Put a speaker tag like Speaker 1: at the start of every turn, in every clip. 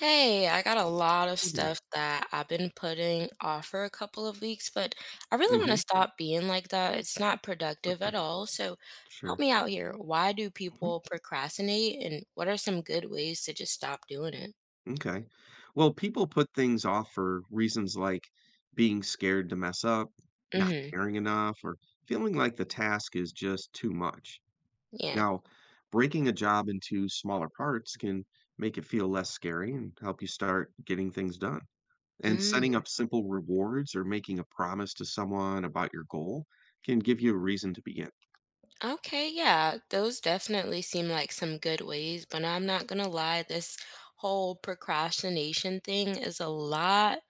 Speaker 1: Hey, I got a lot of
Speaker 2: Hey there.
Speaker 1: stuff that I've been putting off for a couple of weeks, but I really want to
Speaker 2: Mhm,
Speaker 1: stop being like that. It's not productive at
Speaker 2: okay,
Speaker 1: all. So help
Speaker 2: sure.
Speaker 1: me out here. Why do
Speaker 2: Mhm,
Speaker 1: people procrastinate and what are some good ways to just stop doing it?
Speaker 2: m'kay. Well, people put things off for reasons like being scared to mess up, not
Speaker 1: Mm-hmm.
Speaker 2: caring enough, or feeling like the task is just too much.
Speaker 1: Yeah.
Speaker 2: Now, breaking a job into smaller parts can make it feel less scary and help you start getting things done. And setting
Speaker 1: Mm.
Speaker 2: up simple rewards or making a promise to someone about your goal can give you a reason to begin.
Speaker 1: Okay, yeah, those definitely seem like some good ways, but I'm not gonna lie, this whole procrastination thing is a lot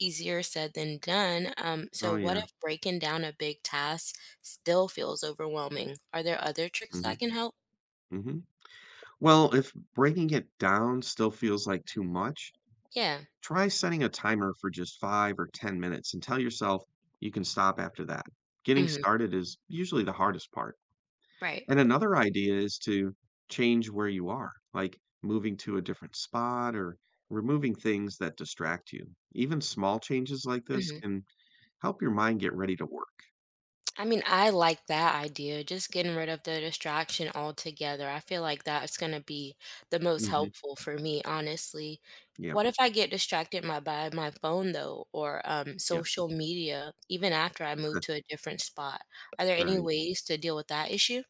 Speaker 1: easier said than done. So
Speaker 2: Oh,
Speaker 1: what
Speaker 2: yeah.
Speaker 1: if breaking down a big task still feels overwhelming? Are there other tricks that
Speaker 2: Mhm,
Speaker 1: can help?
Speaker 2: mhm. Well, if breaking it down still feels like too much,
Speaker 1: Yeah.
Speaker 2: try setting a timer for just 5 or 10 minutes and tell yourself you can stop after that. Getting
Speaker 1: Hmm.
Speaker 2: started is usually the hardest part.
Speaker 1: Right.
Speaker 2: And another idea is to change where you are, like moving to a different spot or removing things that distract you. Even small changes like this can help your mind get ready to work.
Speaker 1: I mean, I like that idea, just getting rid of the distraction altogether. I feel like that's gonna be the most
Speaker 2: Hmm.
Speaker 1: helpful for me, honestly.
Speaker 2: Yeah,
Speaker 1: What if I get distracted my by my phone though, or
Speaker 2: yeah,
Speaker 1: social media, even after I move to a different spot? Are there any
Speaker 2: right,
Speaker 1: ways to deal with that issue?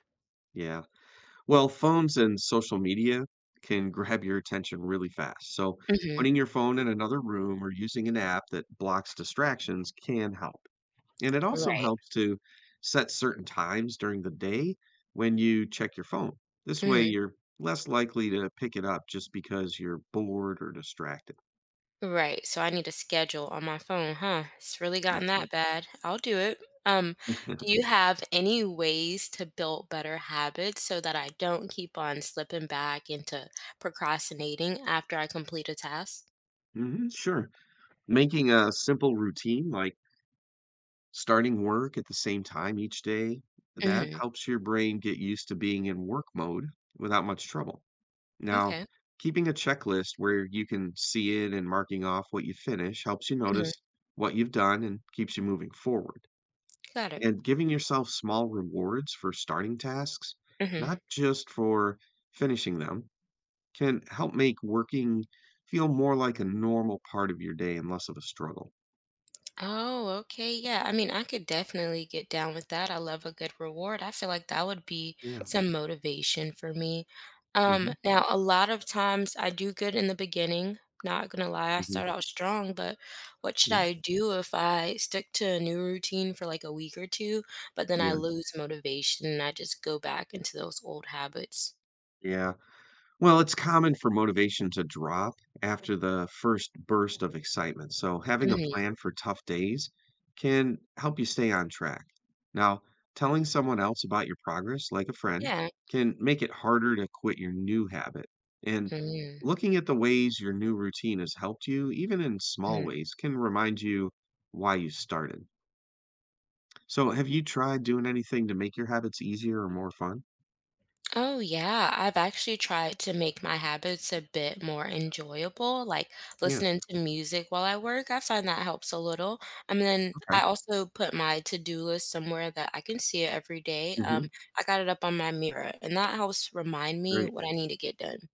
Speaker 2: yeah. Well, phones and social media can grab your attention really fast. So,
Speaker 1: Hmm.
Speaker 2: putting your phone in another room or using an app that blocks distractions can help. And it also
Speaker 1: Right.
Speaker 2: helps to set certain times during the day when you check your phone. This way,
Speaker 1: Mhm.
Speaker 2: you're less likely to pick it up just because you're bored or distracted.
Speaker 1: Right. So I need a schedule on my phone, huh? It's really gotten
Speaker 2: That's
Speaker 1: that bad. I'll do it. Um,
Speaker 2: right.
Speaker 1: do you have any ways to build better habits so that I don't keep on slipping back into procrastinating after I complete a task?
Speaker 2: Hmm, sure. Making a simple routine like starting work at the same time each day, that
Speaker 1: Mm-hmm.
Speaker 2: helps your brain get used to being in work mode without much trouble. Now,
Speaker 1: Okay.
Speaker 2: keeping a checklist where you can see it and marking off what you finish helps you
Speaker 1: Mm-hmm.
Speaker 2: notice what you've done and keeps you moving forward.
Speaker 1: Got it.
Speaker 2: And giving yourself small rewards for starting tasks,
Speaker 1: Mm-hmm.
Speaker 2: not just for finishing them, can help make working feel more like a normal part of your day and less of a struggle.
Speaker 1: Oh, okay. Yeah. I mean, I could definitely get down with that. I love a good reward. I feel like that would be
Speaker 2: Yeah.
Speaker 1: some motivation for me.
Speaker 2: Hmm.
Speaker 1: Now, a lot of times I do good in the beginning. Not gonna lie, I
Speaker 2: Hmm.
Speaker 1: start out strong, but what should
Speaker 2: Yeah.
Speaker 1: I do if I stick to a new routine for like a week or two, but then I
Speaker 2: Yeah.
Speaker 1: lose motivation and I just go back into those old habits?
Speaker 2: Yeah. Well, it's common for motivation to drop after the first burst of excitement. So, having a
Speaker 1: Hmm.
Speaker 2: plan for tough days can help you stay on track. Now, telling someone else about your progress, like a friend,
Speaker 1: Yeah.
Speaker 2: can make it harder to quit your new habit. And
Speaker 1: Mhm.
Speaker 2: looking at the ways your new routine has helped you, even in small ways, can remind you why you started. So, have you tried doing anything to make your habits easier or more fun?
Speaker 1: Oh, yeah. I've actually tried to make my habits a bit more enjoyable, like
Speaker 2: Yeah.
Speaker 1: listening to music while I work. I find that helps a little. And then I
Speaker 2: Okay.
Speaker 1: also put my to-do list somewhere that I can see it every day.
Speaker 2: Hmm.
Speaker 1: I got it up on my mirror, and that helps remind me
Speaker 2: Very
Speaker 1: what I need to get done.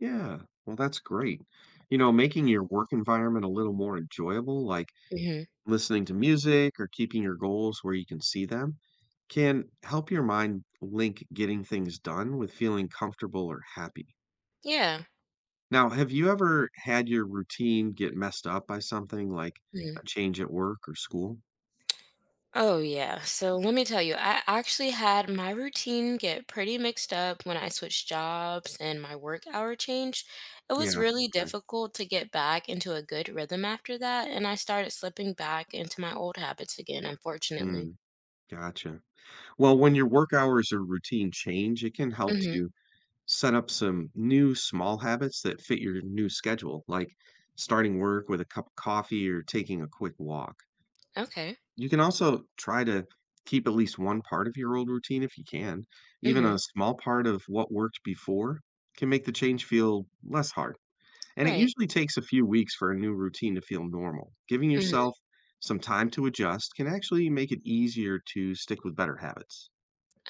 Speaker 2: Yeah, well, that's great. Making your work environment a little more enjoyable, like
Speaker 1: Hmm.
Speaker 2: listening to music or keeping your goals where you can see them, can help your mind link getting things done with feeling comfortable or happy.
Speaker 1: Yeah.
Speaker 2: Now, have you ever had your routine get messed up by something like
Speaker 1: Mhm.
Speaker 2: a change at work or school?
Speaker 1: Oh, yeah. So let me tell you, I actually had my routine get pretty mixed up when I switched jobs and my work hour changed. It was
Speaker 2: Yeah,
Speaker 1: really
Speaker 2: okay.
Speaker 1: difficult to get back into a good rhythm after that, and I started slipping back into my old habits again, unfortunately.
Speaker 2: Mm, gotcha. Well, when your work hours or routine change, it can help
Speaker 1: Mm-hmm.
Speaker 2: to set up some new small habits that fit your new schedule, like starting work with a cup of coffee or taking a quick walk.
Speaker 1: Okay.
Speaker 2: You can also try to keep at least one part of your old routine if you can. Even
Speaker 1: Mm-hmm.
Speaker 2: a small part of what worked before can make the change feel less hard. And it
Speaker 1: Right.
Speaker 2: usually takes a few weeks for a new routine to feel normal. Giving
Speaker 1: Hmm.
Speaker 2: yourself some time to adjust can actually make it easier to stick with better habits.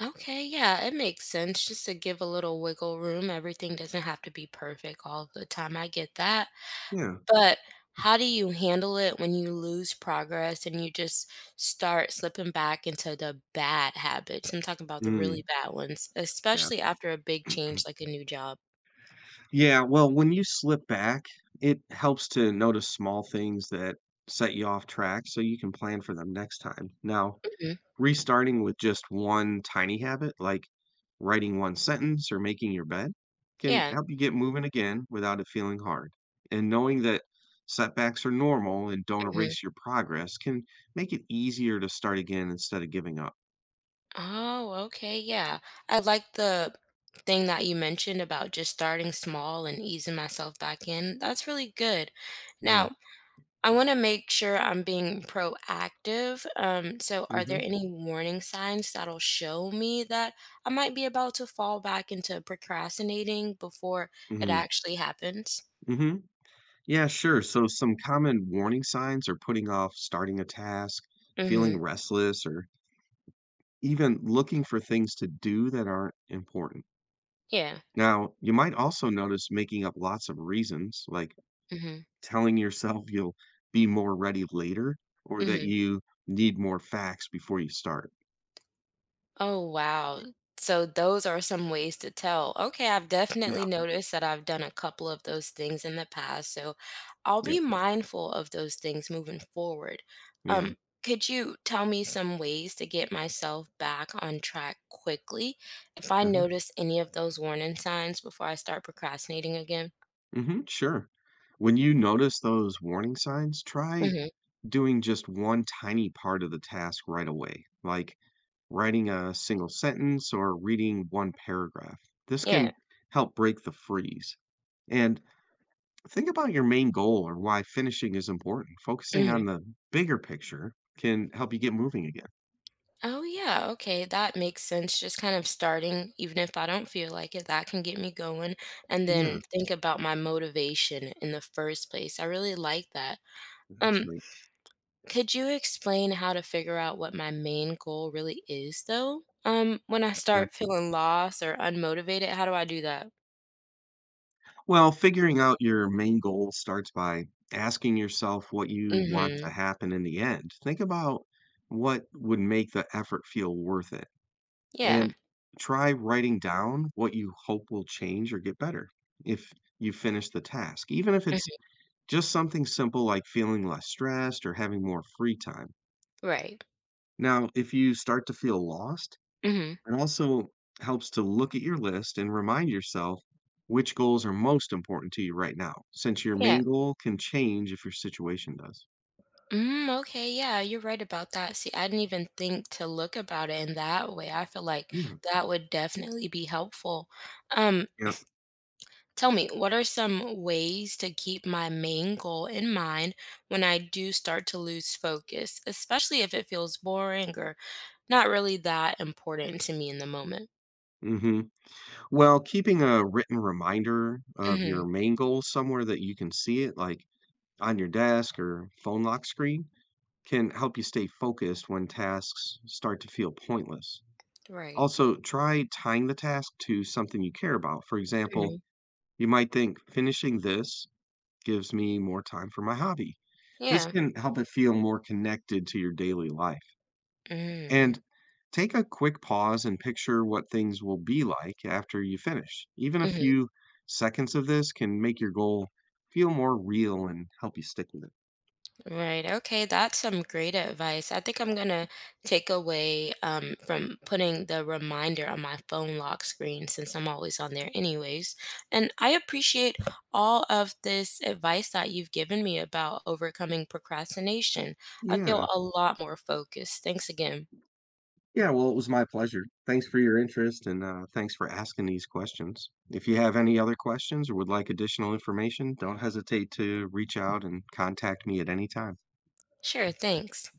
Speaker 1: Okay. Yeah, it makes sense just to give a little wiggle room. Everything doesn't have to be perfect all the time. I get that.
Speaker 2: Yeah.
Speaker 1: But how do you handle it when you lose progress and you just start slipping back into the bad habits? I'm talking about the really
Speaker 2: Mm,
Speaker 1: bad ones,
Speaker 2: yeah.
Speaker 1: especially after a big change like a new job.
Speaker 2: Yeah, well, when you slip back, it helps to notice small things that set you off track so you can plan for them next time. Now,
Speaker 1: Mhm.
Speaker 2: restarting with just one tiny habit, like writing one sentence or making your bed, can
Speaker 1: Yeah.
Speaker 2: help you get moving again without it feeling hard. And knowing that setbacks are normal and don't
Speaker 1: Mhm.
Speaker 2: erase your progress can make it easier to start again instead of giving up.
Speaker 1: Oh, okay. Yeah. I like the thing that you mentioned about just starting small and easing myself back in. That's really good.
Speaker 2: Yeah.
Speaker 1: Now, I want to make sure I'm being proactive. So, are there
Speaker 2: Hmm.
Speaker 1: any warning signs that'll show me that I might be about to fall back into procrastinating before it
Speaker 2: Hmm.
Speaker 1: actually happens?
Speaker 2: Hmm. Yeah, sure. So, some common warning signs are putting off starting a task, feeling
Speaker 1: Mm-hmm.
Speaker 2: restless, or even looking for things to do that aren't important.
Speaker 1: Yeah.
Speaker 2: Now, you might also notice making up lots of reasons, like
Speaker 1: Mm-hmm.
Speaker 2: telling yourself you'll be more ready later or that
Speaker 1: Mm-hmm.
Speaker 2: you need more facts before you start.
Speaker 1: Oh, wow. So those are some ways to tell. Okay, I've definitely
Speaker 2: Yeah,
Speaker 1: noticed that I've done a couple of those things in the past, so I'll
Speaker 2: yeah,
Speaker 1: be mindful of those things moving forward.
Speaker 2: yeah.
Speaker 1: Could you tell me some ways to get myself back on track quickly if I
Speaker 2: Uh-huh.
Speaker 1: notice any of those warning signs before I start procrastinating again?
Speaker 2: Hmm, sure. When you notice those warning signs, try
Speaker 1: Mm-hmm.
Speaker 2: doing just one tiny part of the task right away, like writing a single sentence, or reading one paragraph. This
Speaker 1: Yeah.
Speaker 2: can help break the freeze. And think about your main goal or why finishing is important. Focusing
Speaker 1: Hmm.
Speaker 2: on the bigger picture can help you get moving again.
Speaker 1: Oh, yeah. Okay. That makes sense. Just kind of starting, even if I don't feel like it, that can get me going. And
Speaker 2: Yeah,
Speaker 1: then think about my motivation in the first place. I really like that.
Speaker 2: that's
Speaker 1: Um,
Speaker 2: right.
Speaker 1: could you explain how to figure out what my main goal really is, though? When I
Speaker 2: Yeah.
Speaker 1: start feeling lost or unmotivated, how do I do that?
Speaker 2: Well, figuring out your main goal starts by asking yourself what you want
Speaker 1: Mm-hmm.
Speaker 2: to happen in the end. Think about what would make the effort feel worth it.
Speaker 1: Yeah.
Speaker 2: And try writing down what you hope will change or get better if you finish the task, even if it's
Speaker 1: Hmm.
Speaker 2: just something simple like feeling less stressed or having more free time.
Speaker 1: Right.
Speaker 2: Now, if you start to feel lost,
Speaker 1: Mm-hmm.
Speaker 2: it also helps to look at your list and remind yourself which goals are most important to you right now, since your
Speaker 1: Yeah.
Speaker 2: main goal can change if your situation does.
Speaker 1: Mm, okay, yeah, you're right about that. See, I didn't even think to look about it in that way. I feel like
Speaker 2: Yeah.
Speaker 1: that would definitely be helpful. Um,
Speaker 2: Yeah.
Speaker 1: Tell me, what are some ways to keep my main goal in mind when I do start to lose focus, especially if it feels boring or not really that important to me in the moment?
Speaker 2: Hmm. Well, keeping a written reminder of
Speaker 1: Mm-hmm.
Speaker 2: your main goal somewhere that you can see it, like on your desk or phone lock screen can help you stay focused when tasks start to feel pointless.
Speaker 1: Right.
Speaker 2: Also, try tying the task to something you care about. For
Speaker 1: Hmm.
Speaker 2: example, you might think finishing this gives me more time for my hobby. This
Speaker 1: Yeah.
Speaker 2: can help it feel more connected to your daily life.
Speaker 1: Mm-hmm.
Speaker 2: And take a quick pause and picture what things will be like after you finish. Even a
Speaker 1: Mm-hmm.
Speaker 2: few seconds of this can make your goal feel more real and help you stick with it.
Speaker 1: Right. Okay. That's some great advice. I think I'm going to take away from putting the reminder on my phone lock screen since I'm always on there, anyways. And I appreciate all of this advice that you've given me about overcoming procrastination. I feel
Speaker 2: Yeah.
Speaker 1: a lot more focused. Thanks again.
Speaker 2: Yeah, well, it was my pleasure. Thanks for your interest and thanks for asking these questions. If you have any other questions or would like additional information, don't hesitate to reach out and contact me at any time.
Speaker 1: Sure. Thanks.